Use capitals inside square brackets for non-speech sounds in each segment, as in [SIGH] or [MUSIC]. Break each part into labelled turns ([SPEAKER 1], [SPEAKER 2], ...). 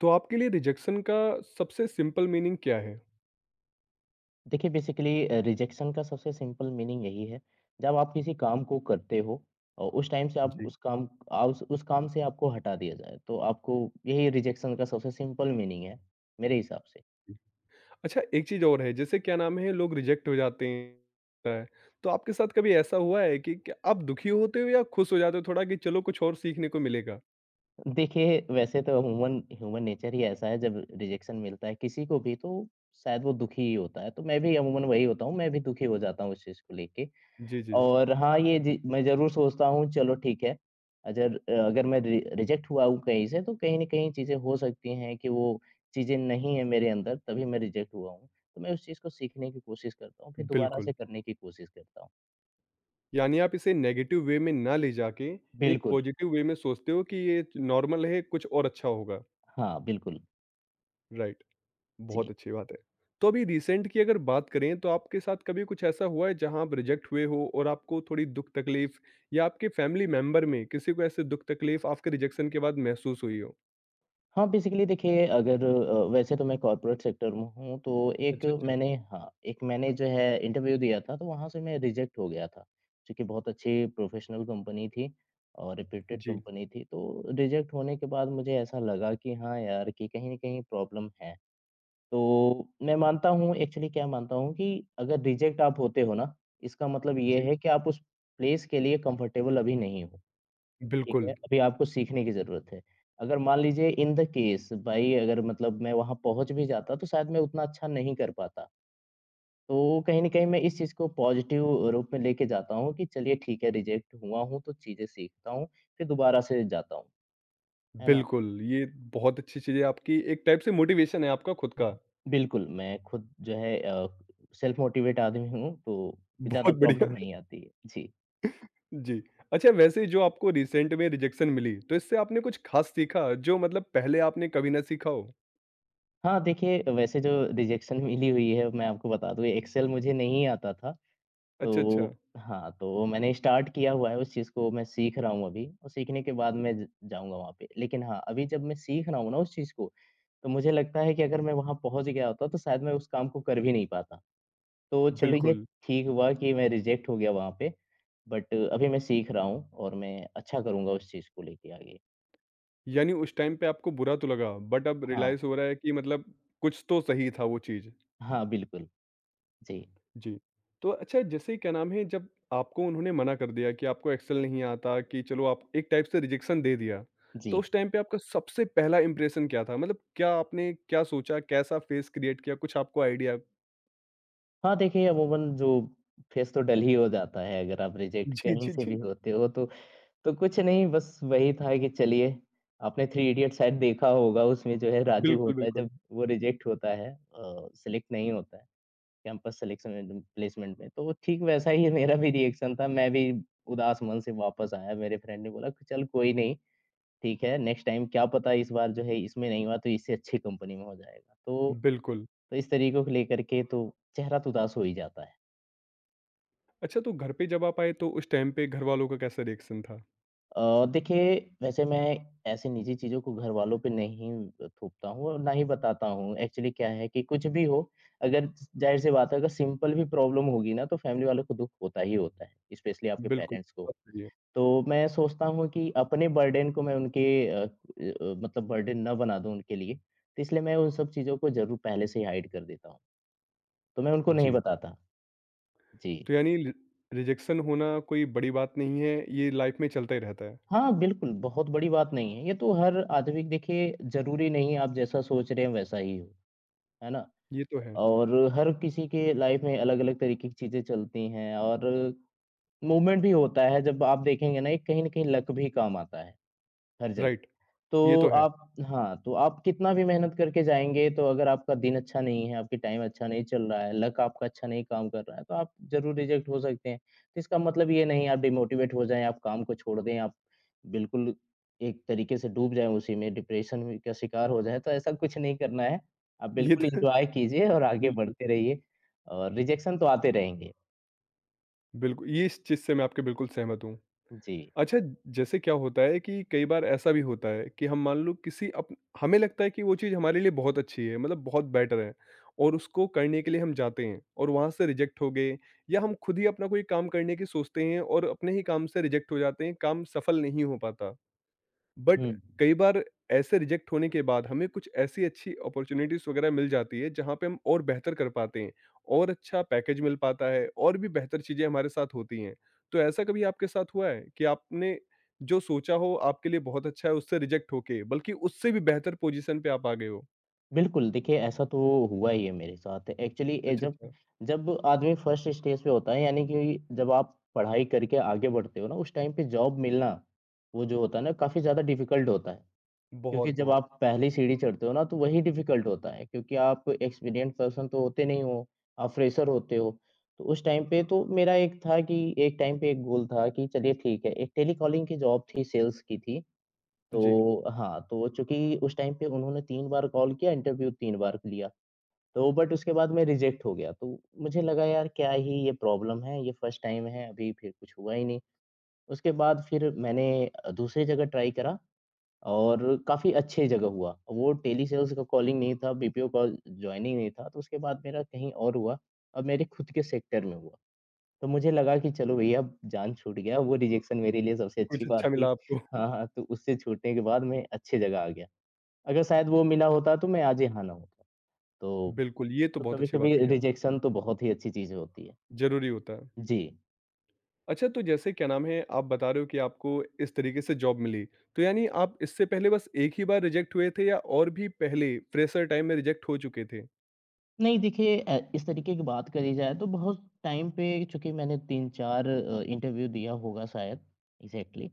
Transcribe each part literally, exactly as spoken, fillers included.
[SPEAKER 1] तो आपके लिए रिजेक्शन का सबसे सिंपल मीनिंग क्या है?
[SPEAKER 2] देखिए बेसिकली रिजेक्शन का सबसे सिंपल मीनिंग यही है। जब आप किसी काम को करते हो और उस टाइम से आप
[SPEAKER 1] जी,
[SPEAKER 2] उस काम आप उस, उस काम से आपको हटा दिया जाए तो आपको, यही रिजेक्शन का सबसे सिंपल मीनिंग है मेरे हिसाब से।
[SPEAKER 1] जी। अच्छा, एक चीज़ और है जैसे क्या नाम है लोग रिजेक्ट हो जाते हैं, तो आपके साथ कभी ऐसा हुआ है कि क्या आप दुखी होते हो या खुश हो जाते हो थोड़ा कि चलो कुछ और सीखने को मिलेगा?
[SPEAKER 2] देखिए वैसे तो ह्यूमन ह्यूमन नेचर ही ऐसा है, जब रिजेक्शन मिलता है किसी को भी तो शायद वो दुखी ही होता है, तो मैं भी अमूमन वही होता हूँ, मैं भी दुखी हो जाता हूँ इस चीज़ को लेके।
[SPEAKER 1] जी, जी, जी।
[SPEAKER 2] और हाँ, ये जी मैं ज़रूर सोचता हूँ, चलो ठीक है, अगर अगर मैं रि रिजेक्ट हुआ हूँ कहीं से तो कहीं न कहीं चीज़ें हो सकती हैं कि वो चीज़ें नहीं है मेरे अंदर, तभी मैं रिजेक्ट हुआ हूँ। तो मैं उस चीज़ को सीखने की कोशिश करता हूँ, फिर दोबारा से
[SPEAKER 1] बिल्कुल,
[SPEAKER 2] करने की कोशिश करता हूँ।
[SPEAKER 1] यानी आप इसे नेगेटिव वे में ना ले जाके एक
[SPEAKER 2] बिल्कुल।
[SPEAKER 1] पॉजिटिव वे में सोचते हो कि ये नॉर्मल है, कुछ और अच्छा होगा।
[SPEAKER 2] हाँ, बिल्कुल।
[SPEAKER 1] राइट।
[SPEAKER 2] जी।
[SPEAKER 1] बहुत अच्छी बात है। तो अभी रिसेंट की अगर बात करें तो आपके साथ कभी कुछ ऐसा हुआ है जहाँ आप रिजेक्ट हुए हो और आपको थोड़ी दुःख-तकलीफ़ या आपके फैमिली मेंबर में किसी को ऐसे दुःख-तकलीफ़ आपके रिजेक्शन के बाद महसूस हुई हो?
[SPEAKER 2] हाँ, बेसिकली देखिए अगर अ, वैसे तो मैं कॉर्पोरेट सेक्टर में हूँ, तो एक
[SPEAKER 1] अच्छा, अच्छा।
[SPEAKER 2] मैंने हाँ, एक मैंने जो है इंटरव्यू दिया था, तो वहाँ से मैं रिजेक्ट हो गया था। क्योंकि बहुत अच्छी प्रोफ़ेशनल कंपनी थी और रेप्यूटेड
[SPEAKER 1] जी,
[SPEAKER 2] कंपनी थी, तो रिजेक्ट होने के बाद मुझे ऐसा लगा कि हाँ यार, कि कहीं न कहीं प्रॉब्लम है। तो मैं मानता हूँ, एक्चुअली क्या मानता हूँ कि अगर रिजेक्ट आप होते हो ना, इसका मतलब ये
[SPEAKER 1] जी।
[SPEAKER 2] है कि आप उस प्लेस के लिए कंफर्टेबल अभी नहीं हो। ठीक है,
[SPEAKER 1] बिल्कुल,
[SPEAKER 2] अभी आपको सीखने की ज़रूरत है। अगर मान लीजिए इन द केस, भाई अगर मतलब मैं वहाँ पहुँच भी जाता तो शायद मैं उतना अच्छा नहीं कर पाता। तो कहीं न कहीं मैं इस चीज़ को पॉज़िटिव रूप में लेके जाता हूँ कि चलिए ठीक है, रिजेक्ट हुआ हूँ तो चीज़ें सीखता हूँ, फिर दोबारा से जाता हूँ। है ना?
[SPEAKER 1] बिल्कुल। ये बहुत अच्छी चीज़ है आपकी एक टाइप से मोटिवेशन है आपका खुद का।
[SPEAKER 2] बिल्कुल, मैं खुद जो है अ, सेल्फ मोटिवेट आदमी हूँ, तो ज़्यादा
[SPEAKER 1] बहुत
[SPEAKER 2] प्रॉब्लम
[SPEAKER 1] बढ़िया।
[SPEAKER 2] नहीं
[SPEAKER 1] [LAUGHS]
[SPEAKER 2] आती है। जी।
[SPEAKER 1] जी। अच्छा वैसे जो आपको रिसेंट में रिजेक्शन मिली तो इससे आपने कुछ ख़ास सीखा जो मतलब पहले आपने कभी ना सीखा हो?
[SPEAKER 2] हाँ, देखिए वैसे जो रिजेक्शन [LAUGHS] मिली हुई है, मैं आपको बता दूँ एक्सेल मुझे नहीं आता था।
[SPEAKER 1] अच्छा, अच्छा।
[SPEAKER 2] तो हाँ, तो मैंने स्टार्ट किया हुआ है, उस चीज़ को मैं सीख रहा हूँ अभी, और सीखने के बाद मैं ज जाऊँगा वहाँ पे। लेकिन हाँ, अभी जब मैं सीख रहा हूँ ना उस चीज़ को, तो मुझे लगता है कि अगर मैं वहाँ पहुँच गया होता तो शायद मैं उस काम को कर भी नहीं पाता। तो चलो ये
[SPEAKER 1] बिल्कुल।
[SPEAKER 2] ठीक हुआ कि मैं रिजेक्ट हो गया वहाँ पे, बट अभी मैं सीख रहा हूँ और मैं अच्छा करूँगा उस चीज़ को लेके आगे।
[SPEAKER 1] यानी उस टाइम पे आपको बुरा तो लगा, बट अब
[SPEAKER 2] हाँ,
[SPEAKER 1] रियलाइज़ हो रहा है कि मतलब कुछ तो सही था वो चीज़।
[SPEAKER 2] हाँ, बिल्कुल। जी,
[SPEAKER 1] जी। तो अच्छा जैसे क्या नाम है जब आपको उन्होंने मना कर दिया कि आपको एक्सेल नहीं आता कि चलो आप एक टाइप से रिजेक्शन दे दिया,
[SPEAKER 2] जी।
[SPEAKER 1] तो उस टाइम पे आपका सबसे पहला इंप्रेशन क्या था? मतलब क्या आपने क्या सोचा? कैसा फेस क्रिएट किया? कुछ आपको आइडिया
[SPEAKER 2] हाँ, देखिए अमूमन जो फेस तो डल ही हो जाता है अगर आप रिजेक्ट
[SPEAKER 1] जी,
[SPEAKER 2] कहीं
[SPEAKER 1] जी,
[SPEAKER 2] से
[SPEAKER 1] जी।
[SPEAKER 2] भी होते हो तो तो कुछ नहीं, बस वही था कि चलिए, आपने थ्री इडियट शायद देखा होगा, उसमें जो है राजू
[SPEAKER 1] बिल्कुल,
[SPEAKER 2] होता है,
[SPEAKER 1] बिल्कुल।
[SPEAKER 2] जब वो रिजेक्ट होता है, अ, सेलेक्ट नहीं होता है कैंपस सिलेक्शन में, प्लेसमेंट में, तो वो ठीक वैसा ही मेरा भी रिएक्शन था। मैं भी उदास मन से वापस आया, मेरे फ्रेंड ने बोला कि, "चल कोई नहीं, ठीक है, नेक्स्ट टाइम क्या पता, इस बार जो है इसमें नहीं हुआ, तो इससे अच्छी कंपनी में हो जाएगा।" तो
[SPEAKER 1] बिल्कुल।
[SPEAKER 2] तो इस तरीकों को लेकर के तो चेहरा तो उदास हो ही जाता है।
[SPEAKER 1] अच्छा तो घर पे जब आप आए तो उस टाइम पे घरवालों का कैसा रिएक्शन था?
[SPEAKER 2] अ, देखिए वैसे मैं ऐसी निजी चीज़ों को घरवालों पे नहीं थोपता हूँ और ना ही बताता हूँ। एक्चुअली क्या है कि कुछ भी हो, अगर ज़ाहिर-सी बात है, अगर सिंपल भी प्रॉब्लम होगी ना तो फैमिली वालों को दुःख होता ही होता है, स्पेशली आपके
[SPEAKER 1] बिल्कुल,
[SPEAKER 2] पेरेंट्स को।
[SPEAKER 1] बात सही है।
[SPEAKER 2] तो मैं सोचता हूँ कि अपने बर्डन को मैं उनके, अ अ, मतलब बर्डन ना बना दूँ उनके लिए, तो इसलिए मैं उन सब चीज़ों को ज़रूर पहले से ही हाइड कर देता हूँ। तो मैं उनको नहीं
[SPEAKER 1] जी।
[SPEAKER 2] बताता। जी।
[SPEAKER 1] तो यानी रि रिजेक्शन होना कोई बड़ी बात नहीं है, ये लाइफ में चलता ही रहता है।
[SPEAKER 2] हाँ, बिल्कुल बहुत बड़ी बात नहीं है। ये तो हर आदमी, देखिए ज़रूरी नहीं आप जैसा सोच रहे हैं वैसा ही हो। है ना?
[SPEAKER 1] ये तो है,
[SPEAKER 2] और हर किसी के लाइफ में अलग-अलग तरीके की चीज़ें चलती हैं, और मूवमेंट भी होता है, जब आप देखेंगे ना एक कहीं न कहीं लक भी काम आता है, हर जगह।
[SPEAKER 1] राइट। ये
[SPEAKER 2] तो
[SPEAKER 1] तो है।
[SPEAKER 2] आप, हाँ, तो आप कितना भी मेहनत करके जाएँगे, तो अगर आपका दिन अच्छा नहीं है, आपकी टाइम अच्छा नहीं चल रहा है, लक आपका अच्छा नहीं काम कर रहा है, तो आप ज़रूर रिजेक्ट हो सकते हैं। तो इसका मतलब ये नहीं आप डिमोटिवेट हो जाएँ, आप काम को छोड़ दें, आप बिल्कुल एक तरीके से डूब जाएँ उसी में, डिप्रेशन में का शिकार हो जाएँ, तो ऐसा कुछ नहीं करना है। आप
[SPEAKER 1] ये
[SPEAKER 2] बिल्कुल
[SPEAKER 1] तो
[SPEAKER 2] एन्जॉय कीजिए और
[SPEAKER 1] [LAUGHS]
[SPEAKER 2] आगे
[SPEAKER 1] बिल्कुल,
[SPEAKER 2] बढ़ते रहिए, और रिजेक्शन तो आते रहेंगे।
[SPEAKER 1] बिल्कुल, ये इस चीज़ से मैं आपके बिल्कुल सहमत हूँ।
[SPEAKER 2] जी।
[SPEAKER 1] अच्छा जैसे क्या होता है कि कई बार ऐसा भी होता है कि हम मान लो किसी अप हमें लगता है कि वो चीज़ हमारे लिए बहुत अच्छी है, मतलब बहुत बेटर है और उसको करने के लिए हम जाते हैं और वहाँ से रिजेक्ट हो गए या हम खुद ही अपना कोई काम करने की सोचते हैं और अपने ही काम से रिजेक्ट हो जाते हैं, काम सफल नहीं हो पाता। बट
[SPEAKER 2] हुँ।
[SPEAKER 1] कई बार ऐसे रिजेक्ट होने के बाद हमें कुछ ऐसी अच्छी अपॉर्चुनिटीज वगैरह मिल जाती है जहाँ पे हम और बेहतर कर पाते हैं और अच्छा पैकेज मिल पाता है और भी बेहतर चीजें हमारे साथ होती हैं तो ऐसा कभी आपके साथ हुआ है कि आपने जो सोचा हो आपके लिए बहुत अच्छा है उससे रिजेक्ट होके बल्कि उससे भी बेहतर पोजीशन पे आप आ गए हो?
[SPEAKER 2] बिल्कुल, देखिए ऐसा तो हुआ ही है मेरे साथ। एक्चुअली ए
[SPEAKER 1] अच्छा,
[SPEAKER 2] जब
[SPEAKER 1] अच्छा।
[SPEAKER 2] जब आदमी फर्स्ट स्टेज पे होता है, यानी कि जब आप पढ़ाई करके आगे बढ़ते हो ना उस टाइम पे जॉब मिलना, वो जो होता है ना काफ़ी ज़्यादा डिफ़िकल्ट होता है। क्योंकि
[SPEAKER 1] बहुत
[SPEAKER 2] जब
[SPEAKER 1] बहुत।
[SPEAKER 2] आप पहली सीढ़ी चढ़ते हो ना तो वही डिफ़िकल्ट होता है, क्योंकि आप एक्सपीरियंस पर्सन तो होते नहीं हो, आप फ्रेशर होते हो। तो उस टाइम पे तो मेरा एक था कि, एक टाइम पे एक गोल था कि चलिए ठीक है, एक टेलीकॉलिंग की जॉब थी, सेल्स की थी।
[SPEAKER 1] जी।
[SPEAKER 2] तो हाँ, तो चूँकि उस टाइम पे उन्होंने तीन बार कॉल किया, इंटरव्यू तीन बार लिया। तो बट उसके बाद मैं रिजेक्ट हो गया, तो मुझे लगा यार क्या ही ये प्रॉब्लम है, ये फर्स्ट टाइम है, अभी फिर कुछ हुआ ही नहीं। उसके बाद फिर मैंने अ, दूसरी जगह ट्राई करा और काफ़ी अच्छी जगह हुआ। वो टेलीसेल्स का कॉलिंग नहीं था, बीपीओ कॉल जॉइनिंग नहीं था, तो उसके बाद मेरा कहीं और हुआ और मेरे खुद के सेक्टर में हुआ। तो मुझे लगा कि चलो भैया अब जान छूट गया, वो रिजेक्शन मेरे लिए सबसे अच्छी
[SPEAKER 1] कुछ
[SPEAKER 2] बात
[SPEAKER 1] अच्छा
[SPEAKER 2] थी।
[SPEAKER 1] मिला आपको। [LAUGHS]
[SPEAKER 2] हाँ, हाँ, तो उससे छूटने के बाद मैं अच्छी जगह आ गया। अगर शायद वो मिला होता तो मैं आज यहाँ ना होता। तो
[SPEAKER 1] बिल्कुल, ये तो
[SPEAKER 2] तो
[SPEAKER 1] बहुत अच्छी बात
[SPEAKER 2] कभी-कभी
[SPEAKER 1] कही आप।
[SPEAKER 2] रिजेक्शन तो बहुत ही अच्छी चीज़ होती है।
[SPEAKER 1] जरूरी होता है।
[SPEAKER 2] जी।
[SPEAKER 1] अच्छा, तो जैसे क्या नाम है, आप बता रहे हो कि आपको इस तरीके से जॉब मिली, तो यानी आप इससे पहले बस एक ही बार रिजेक्ट हुए थे या और भी पहले फ्रेशर टाइम में रिजेक्ट हो चुके थे?
[SPEAKER 2] नहीं देखिए, अ, इस तरीके की बात करी जाए तो बहुत टाइम पे चूँकि मैंने तीन चार अ, इंटरव्यू दिया होगा शायद, एग्ज़ैक्टली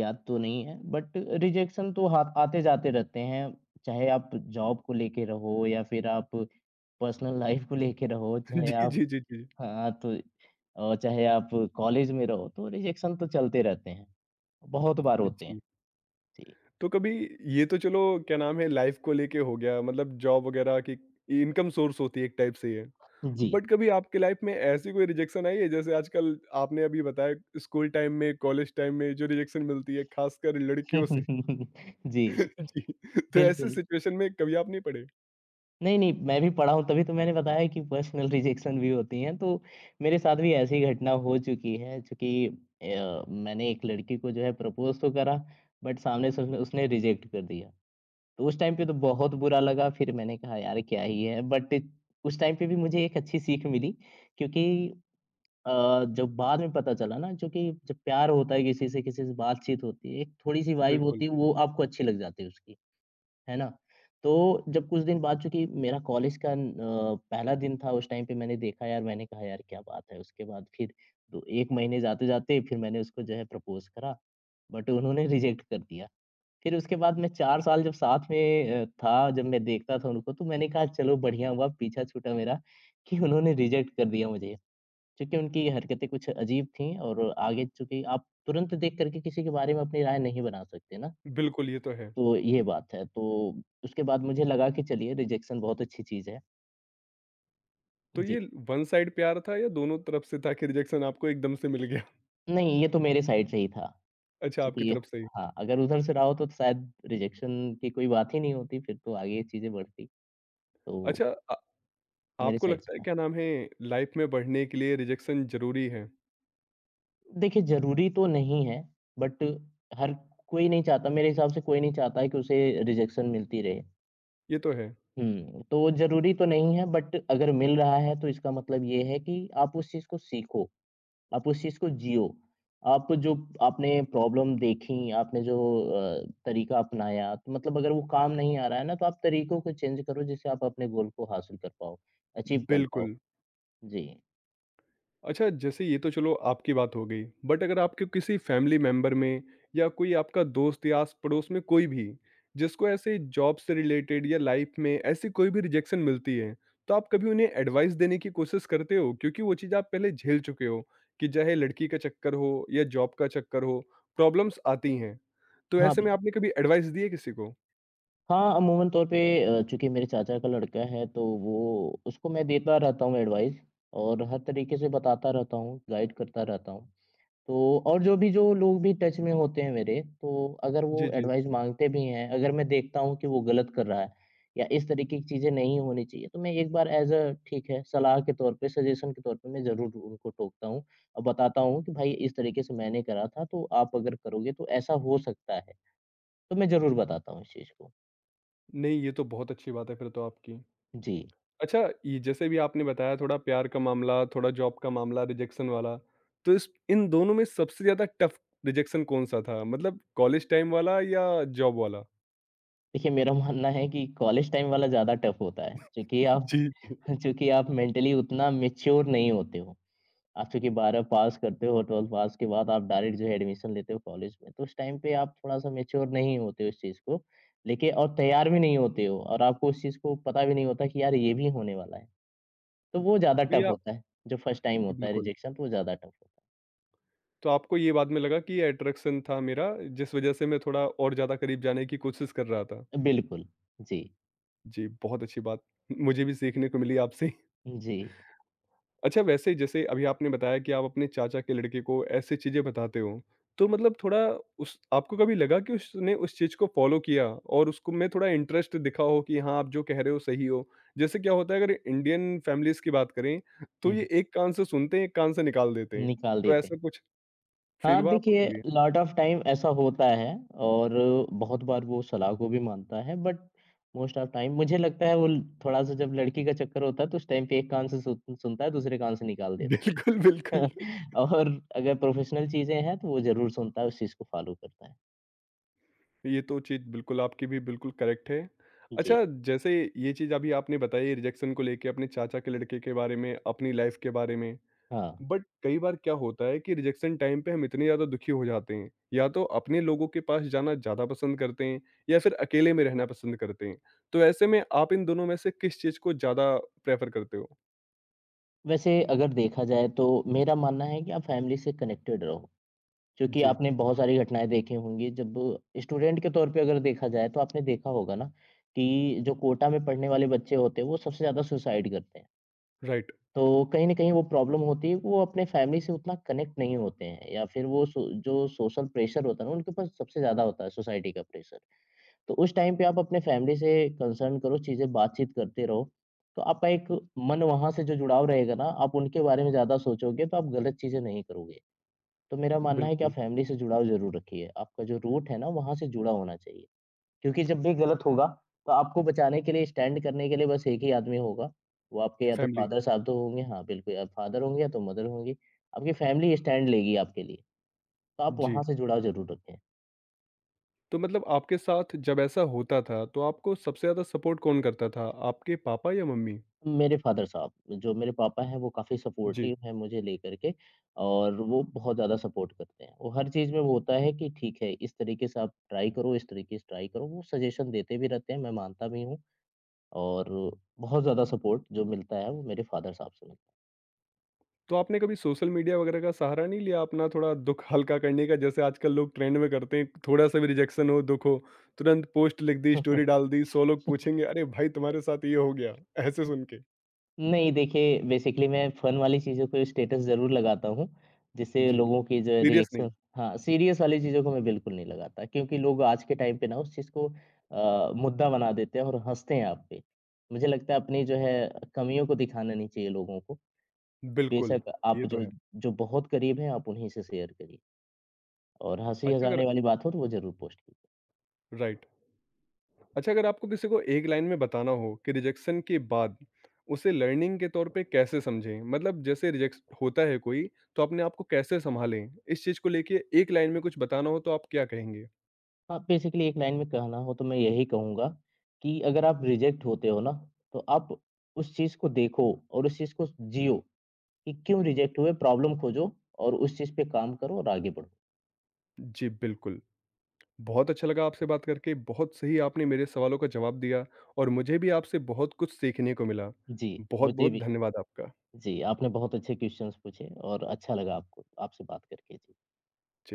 [SPEAKER 2] याद तो नहीं है बट रिजेक्शन तो हा आते-जाते रहते हैं। चाहे आप जॉब को लेके रहो या फिर आप पर्सनल लाइफ़ को लेके रहो,
[SPEAKER 1] [LAUGHS]
[SPEAKER 2] चाहे
[SPEAKER 1] जी,
[SPEAKER 2] आप
[SPEAKER 1] जी, जी, जी।
[SPEAKER 2] हाँ, तो अ, चाहे आप कॉलेज में रहो तो रिजेक्शन तो चलते रहते हैं। बहुत बार होते हैं।
[SPEAKER 1] जी,
[SPEAKER 2] जी।
[SPEAKER 1] तो कभी ये तो चलो क्या नाम है लाइफ़ को लेके हो गया मतलब जॉब वगैरह की इनकम सोर्स होती है एक टाइप से ये।
[SPEAKER 2] जी।
[SPEAKER 1] बट कभी आपकी लाइफ़ में ऐसी कोई रिजेक्शन आई है जैसे आजकल आपने अभी बताया स्कूल टाइम में, कॉलेज टाइम में जो रिजेक्शन मिलती है खासकर लड़कियों से?
[SPEAKER 2] [LAUGHS] जी,
[SPEAKER 1] [LAUGHS] जी, तो ऐसे
[SPEAKER 2] बिल्कुल।
[SPEAKER 1] सिचुएशन में कभी आप नहीं पड़े?
[SPEAKER 2] नहीं, नहीं, मैं भी पढ़ा हूँ तभी तो मैंने बताया कि पर्सनल रिजेक्शन भी होती हैं, तो मेरे साथ भी ऐसी ही घटना हो चुकी है, चूँकि अ, मैंने एक लड़की को जो है प्रपोज़ तो करा, बट सामने से उसने उसने रिजेक्ट कर दिया। तो उस टाइम पे तो बहुत बुरा लगा, फिर मैंने कहा यार क्या ही है, बट उस टाइम पे भी मुझे एक अच्छी सीख मिली, क्योंकि अ, जब बाद में पता चला ना, क्योंकि जब प्यार होता है किसी से, किसी से बातचीत होती है, एक थोड़ी-सी वाइब होती
[SPEAKER 1] बिल्कुल।
[SPEAKER 2] है, वो आपको अच्छी लग जाती है उसकी। है ना? तो जब कुछ दिन बाद, चूँकि मेरा कॉलेज का न अ, पहला दिन था, उस टाइम पे मैंने देखा, यार मैंने कहा यार क्या बात है? उसके बाद फिर दो एक महीने जाते-जाते फिर मैंने उसको जो है प्रपोज़ करा, बट उन्होंने [LAUGHS] रिजेक्ट कर दिया। फिर उसके बाद मैं चार साल जब साथ में अ, था, जब मैं देखता था उनको तो मैंने कहा चलो बढ़िया हुआ पीछा छूटा मेरा [LAUGHS] कि उन्होंने रिजेक्ट कर दिया मुझे। क्योंकि उनकी हरकतें कुछ अजीब थीं, और आगे चूँकि आप तुरंत देख कर के किसी के बारे में अपनी राय नहीं बना सकते ना।
[SPEAKER 1] बिल्कुल, ये तो है।
[SPEAKER 2] तो ये बात है, तो उसके बाद मुझे लगा कि चलिए रिजेक्शन बहुत अच्छी चीज़ है।
[SPEAKER 1] तो
[SPEAKER 2] जी।
[SPEAKER 1] ये वन साइड प्यार था या दोनों तरफ से था कि रिजेक्शन आपको एकदम से मिल गया? [LAUGHS]
[SPEAKER 2] नहीं, ये तो मेरे साइड से ही था।
[SPEAKER 1] अच्छा, आपकी
[SPEAKER 2] क्योंकि
[SPEAKER 1] तरफ से ही।
[SPEAKER 2] हाँ, अगर उधर से रहा हो तो शायद रिजेक्शन की कोई बात ही नहीं होती, फिर तो आगे ये चीज़ें बढ़ती। तो
[SPEAKER 1] अच्छा अ,
[SPEAKER 2] मेरे
[SPEAKER 1] आपको
[SPEAKER 2] साइड से
[SPEAKER 1] लगता है
[SPEAKER 2] था।
[SPEAKER 1] क्या नाम है लाइफ़ में बढ़ने के लिए रिजेक्शन ज़रूरी है?
[SPEAKER 2] देखिए, ज़रूरी तो नहीं है, बट हर, कोई नहीं चाहता मेरे हिसाब से, कोई नहीं चाहता है कि उसे रिजेक्शन मिलती रहे।
[SPEAKER 1] ये तो है।
[SPEAKER 2] हुँ, तो ज़रूरी तो नहीं है, बट अगर मिल रहा है तो इसका मतलब ये है कि आप उस चीज़ को सीखो। आप उस चीज़ को जियो। आप जो, आपने प्रॉब्लम देखी, आपने जो अ, तरीका अपनाया, तो मतलब अगर वो काम नहीं आ रहा है ना, तो आप तरीकों को चेंज करो जिससे आप अपने गोल को हासिल कर पाओ, अचीव कर पाओ।
[SPEAKER 1] बिल्कुल।
[SPEAKER 2] जी।
[SPEAKER 1] अच्छा, जैसे ये तो चलो आपकी बात हो गई, बट अगर आपके किसी फैमिली मेंबर में या कोई आपका दोस्त या आस-पड़ोस में कोई भी, जिसको ऐसे जॉब से रिलेटेड या लाइफ में ऐसी कोई भी रिजेक्शन मिलती है, तो आप कभी उन्हें एडवाइस देने की कोशिश करते हो? क्योंकि वो चीज़ आप पहले झेल चुके हो, कि चाहे लड़की का चक्कर हो या जॉब का चक्कर हो, प्रॉब्लम्स आती हैं। तो
[SPEAKER 2] हाँ,
[SPEAKER 1] ऐसे
[SPEAKER 2] बिल
[SPEAKER 1] में आपने कभी एडवाइस दी है किसी को?
[SPEAKER 2] हाँ, अमूमन तौर पे अ, चूँकि मेरे चाचा का लड़का है तो वो उसको मैं देता रहता हूँ एडवाइस और हर तरीके से बताता रहता हूँ, गाइड करता रहता हूँ। तो और जो भी, जो लोग भी टच में होते हैं मेरे, तो अगर
[SPEAKER 1] जी,
[SPEAKER 2] वो
[SPEAKER 1] जी।
[SPEAKER 2] एडवाइस माँगते भी हैं, अगर मैं देखता हूँ कि वो गलत कर रहा है या इस तरीके की चीज़ें नहीं होनी चाहिए, तो मैं एक बार एज़ अ, ठीक है, सलाह के तौर पे, सजेशन के तौर पे मैं ज़रूर उनको टोकता हूँ और बताता हूँ कि भाई इस तरीके से मैंने करा था, तो आप अगर करोगे तो ऐसा हो सकता है। तो मैं ज़रूर बताता हूँ इस चीज़ को।
[SPEAKER 1] नहीं, ये तो बहुत अच्छी बात है फिर तो आपकी।
[SPEAKER 2] जी।
[SPEAKER 1] अच्छा, ये जैसे भी आपने बताया थोड़ा प्यार का मामला, थोड़ा जॉब का मामला, रिजेक्शन वाला, तो इस इन दोनों में सबसे ज़्यादा टफ रिजेक्शन कौन-सा था? मतलब कॉलेज टाइम वाला या जॉब वाला?
[SPEAKER 2] देखिए, मेरा मानना है कि कॉलेज टाइम वाला ज़्यादा टफ होता है, क्योंकि आप
[SPEAKER 1] जी, जी।
[SPEAKER 2] [LAUGHS] क्योंकि आप मेंटली उतना मैच्योर नहीं होते हो। आप चूँकि ट्वेल्थ पास करते हो, ट्वेल्थ पास के बाद आप डायरेक्ट जो है एडमिशन लेते हो कॉलेज में, तो उस टाइम पे आप थोड़ा-सा मैच्योर नहीं होते हो इस चीज़ को लेके और तैयार भी नहीं होते हो और आपको उस चीज़ को पता भी नहीं होता कि यार ये भी होने वाला है, तो वो ज़्यादा
[SPEAKER 1] तो ये
[SPEAKER 2] टफ
[SPEAKER 1] आप
[SPEAKER 2] होता है। जो फर्स्ट टाइम होता है
[SPEAKER 1] बिल्कुल,
[SPEAKER 2] रिजेक्शन तो वो ज़्यादा टफ होता
[SPEAKER 1] तो आपको ये बाद में लगा कि ये अट्रैक्शन था मेरा जिस वजह से मैं थोड़ा और ज़्यादा करीब जाने की कोशिश कर रहा था।
[SPEAKER 2] है। बिल्कुल। जी।
[SPEAKER 1] जी, बहुत अच्छी बात। [LAUGHS] मुझे भी सीखने को मिली आपसे।
[SPEAKER 2] जी।
[SPEAKER 1] अच्छा वैसे जैसे अभी आपने बताया कि आप अपने चाचा के लड़के को ऐसी चीज़ें बताते हो, तो मतलब थोड़ा उस आपको कभी लगा कि उसने उस चीज़ को फ़ॉलो किया और उसको में थोड़ा इंटरेस्ट दिखा हो कि हाँ, आप जो कह रहे हो सही हो? जैसे क्या होता है अगर इंडियन फैमिलीज़ की बात करें, तो
[SPEAKER 2] हुँ, हुँ।
[SPEAKER 1] ये एक कान से सुनते हैं, एक कान से निकाल देते हैं।
[SPEAKER 2] निकाल
[SPEAKER 1] तो
[SPEAKER 2] देते
[SPEAKER 1] ऐसा
[SPEAKER 2] हैं।
[SPEAKER 1] कुछ फ़ील
[SPEAKER 2] हाँ,
[SPEAKER 1] हुआ आपको
[SPEAKER 2] देखिए,
[SPEAKER 1] कभी?
[SPEAKER 2] लॉट ऑफ टाइम ऐसा होता है और बहुत बार वो सलाह को भी मानता है बट मोस्ट ऑफ टाइम मुझे लगता है वो ल थोड़ा-सा जब लड़की का चक्कर होता है तो उस टाइम पे एक कान से सुन सुनता है दूसरे कान से निकाल
[SPEAKER 1] [LAUGHS]
[SPEAKER 2] देता
[SPEAKER 1] बिल्कुल, बिल्कुल।
[SPEAKER 2] है। [LAUGHS] और अगर प्रोफ़ेशनल चीज़ें हैं तो वो ज़रूर सुनता है, उस चीज़ को फ़ॉलो करता है।
[SPEAKER 1] ये तो चीज़ बिल्कुल आपकी भी बिल्कुल करेक्ट है।
[SPEAKER 2] जी।
[SPEAKER 1] अच्छा जैसे ये चीज़ अभी आपने बताई रिजेक्शन को लेके अपने चाचा के लड़के के बारे में, अपनी लाइफ़ के बारे में।
[SPEAKER 2] हाँ,
[SPEAKER 1] बट कई बार क्या होता है कि रिजेक्शन टाइम पे हम इतने ज़्यादा दुखी हो जाते हैं या तो अपने लोगों के पास जाना ज़्यादा पसंद करते हैं या फिर अकेले में रहना पसंद करते हैं तो ऐसे में आप इन दोनों में से किस चीज़ को ज़्यादा प्रेफर करते हो?
[SPEAKER 2] वैसे अगर देखा जाए तो मेरा मानना है कि आप फैमिली से कनेक्टेड रहो। क्योंकि
[SPEAKER 1] जी,
[SPEAKER 2] आपने बहुत सारी घटनाएँ देखी होंगी, जब स्टूडेंट के तौर पे अगर देखा जाए तो आपने देखा होगा ना कि जो कोटा में पढ़ने वाले बच्चे होते हैं, वो सबसे ज़्यादा सुसाइड करते हैं।
[SPEAKER 1] राइट,
[SPEAKER 2] तो कहीं न कहीं वो प्रॉब्लम होती है कि वो अपने फैमिली से उतना कनेक्ट नहीं होते हैं या फिर वो सो जो सोशल प्रेशर होता है ना, उनके ऊपर सबसे ज़्यादा होता है सोसाइटी का प्रेशर। तो उस टाइम पे आप अपने फैमिली से कंसर्न करो, चीज़ें बातचीत करते रहो, तो आपका एक मन वहाँ से जो जुड़ाव रहेगा ना, आप उनके बारे में ज़्यादा सोचोगे तो आप गलत चीज़ें नहीं करोगे। तो मेरा मानना है कि आप
[SPEAKER 1] बिल्कुल,
[SPEAKER 2] फैमिली से जुड़ाव ज़रूर रखिए। आपका जो रूट है ना, वहाँ से जुड़ा होना चाहिए। क्योंकि जब भी गलत होगा, तो आपको बचाने के लिए, स्टैंड करने के लिए बस एक ही आदमी होगा। वो आपके या तो
[SPEAKER 1] फैमिली,
[SPEAKER 2] फ़ादर साहब तो होंगे, हाँ बिल्कुल, या फ़ादर होंगे या तो मदर होंगी। आपकी फैमिली स्टैंड लेगी आपके लिए, तो आप
[SPEAKER 1] जी।
[SPEAKER 2] वहाँ से जुड़ाव ज़रूर रखें।
[SPEAKER 1] तो मतलब आपके साथ जब ऐसा होता था तो आपको सबसे ज़्यादा सपोर्ट कौन करता था, आपके पापा या मम्मी?
[SPEAKER 2] मेरे फ़ादर साहब, जो मेरे पापा हैं, वो काफ़ी
[SPEAKER 1] जी।
[SPEAKER 2] सपोर्टिव हैं मुझे लेकर के और वो बहुत ज़्यादा सपोर्ट करते हैं। वो हर चीज़ में वो होता है कि ठीक है, इस तरीके से आप ट्राई करो, इस तरीके से ट्राई करो। वो सजेशन देते भी रहते हैं, मैं मानता भी हूँ। और बहुत ज़्यादा सपोर्ट जो मिलता है वो मेरे फ़ादर साहब से मिलता
[SPEAKER 1] तो आपने कभी सोशल मीडिया वगैरह का सहारा नहीं लिया अपना थोड़ा दुख हल्का करने का जैसे आजकल लोग ट्रेंड में करते हैं थोड़ा सा भी रिजेक्शन हो दुख हो तुरंत पोस्ट लिख दी
[SPEAKER 2] है।
[SPEAKER 1] स्टोरी डाल दी सौ लोग पूछेंगे अरे भाई तुम्हारे साथ ये हो गया ऐसे सुन के?
[SPEAKER 2] [LAUGHS] नहीं, देखिए बेसिकली मैं फ़न वाली चीज़ों पे स्टेटस ज़रूर लगाता हूँ, जिससे
[SPEAKER 1] जी।
[SPEAKER 2] लोगों की जो है
[SPEAKER 1] सीरियस नहीं।
[SPEAKER 2] रिएक्शन [LAUGHS] हाँ, सीरियस वाली चीज़ों को मैं बिल्कुल नहीं लगाता क्योंकि लोग आज के टाइम पे ना उस चीज़ को अ, मुद्दा बना देते हैं और हँसते हैं आप पे। मुझे लगता है अपनी जो है कमियों को दिखाना नहीं चाहिए लोगों को।
[SPEAKER 1] बिल्कुल,
[SPEAKER 2] बेशक आप
[SPEAKER 1] ये तो
[SPEAKER 2] जो
[SPEAKER 1] है।
[SPEAKER 2] जो बहुत करीब हैं आप उन्हीं से शेयर करिए और हँसी
[SPEAKER 1] अच्छा अगर,
[SPEAKER 2] हँसाने वाली बात हो तो वो ज़रूर पोस्ट कीजिए।
[SPEAKER 1] राइट, अच्छा अगर आपको किसी को एक लाइन में बताना हो कि रिजेक्शन के बाद उसे लर्निंग के तौर पे कैसे समझें मतलब जैसे रिजेक्ट होता है कोई तो अपने आप को कैसे संभालें इस चीज को लेके एक लाइन में कुछ बताना हो तो आप क्या कहेंगे?
[SPEAKER 2] हाँ, बेसिकली एक लाइन में कहना हो तो मैं यही कहूँगा कि अगर आप रिजेक्ट होते हो ना, तो आप उस चीज़ को देखो और उस चीज़ को जियो कि क्यों रिजेक्ट हुए, प्रॉब्लम खोजो और उस चीज़ पे काम करो और आगे बढ़ो।
[SPEAKER 1] जी, बिल्कुल। बहुत अच्छा लगा आपसे बात करके, बहुत सही आपने मेरे सवालों का जवाब दिया और मुझे भी आपसे बहुत कुछ सीखने को मिला।
[SPEAKER 2] जी, मुझे
[SPEAKER 1] बहुत-बहुत
[SPEAKER 2] भी।
[SPEAKER 1] धन्यवाद आपका।
[SPEAKER 2] जी, आपने बहुत अच्छे क्वेश्चन्स पूछे और अच्छा लगा आपको आपसे बात करके। जी।
[SPEAKER 1] जी।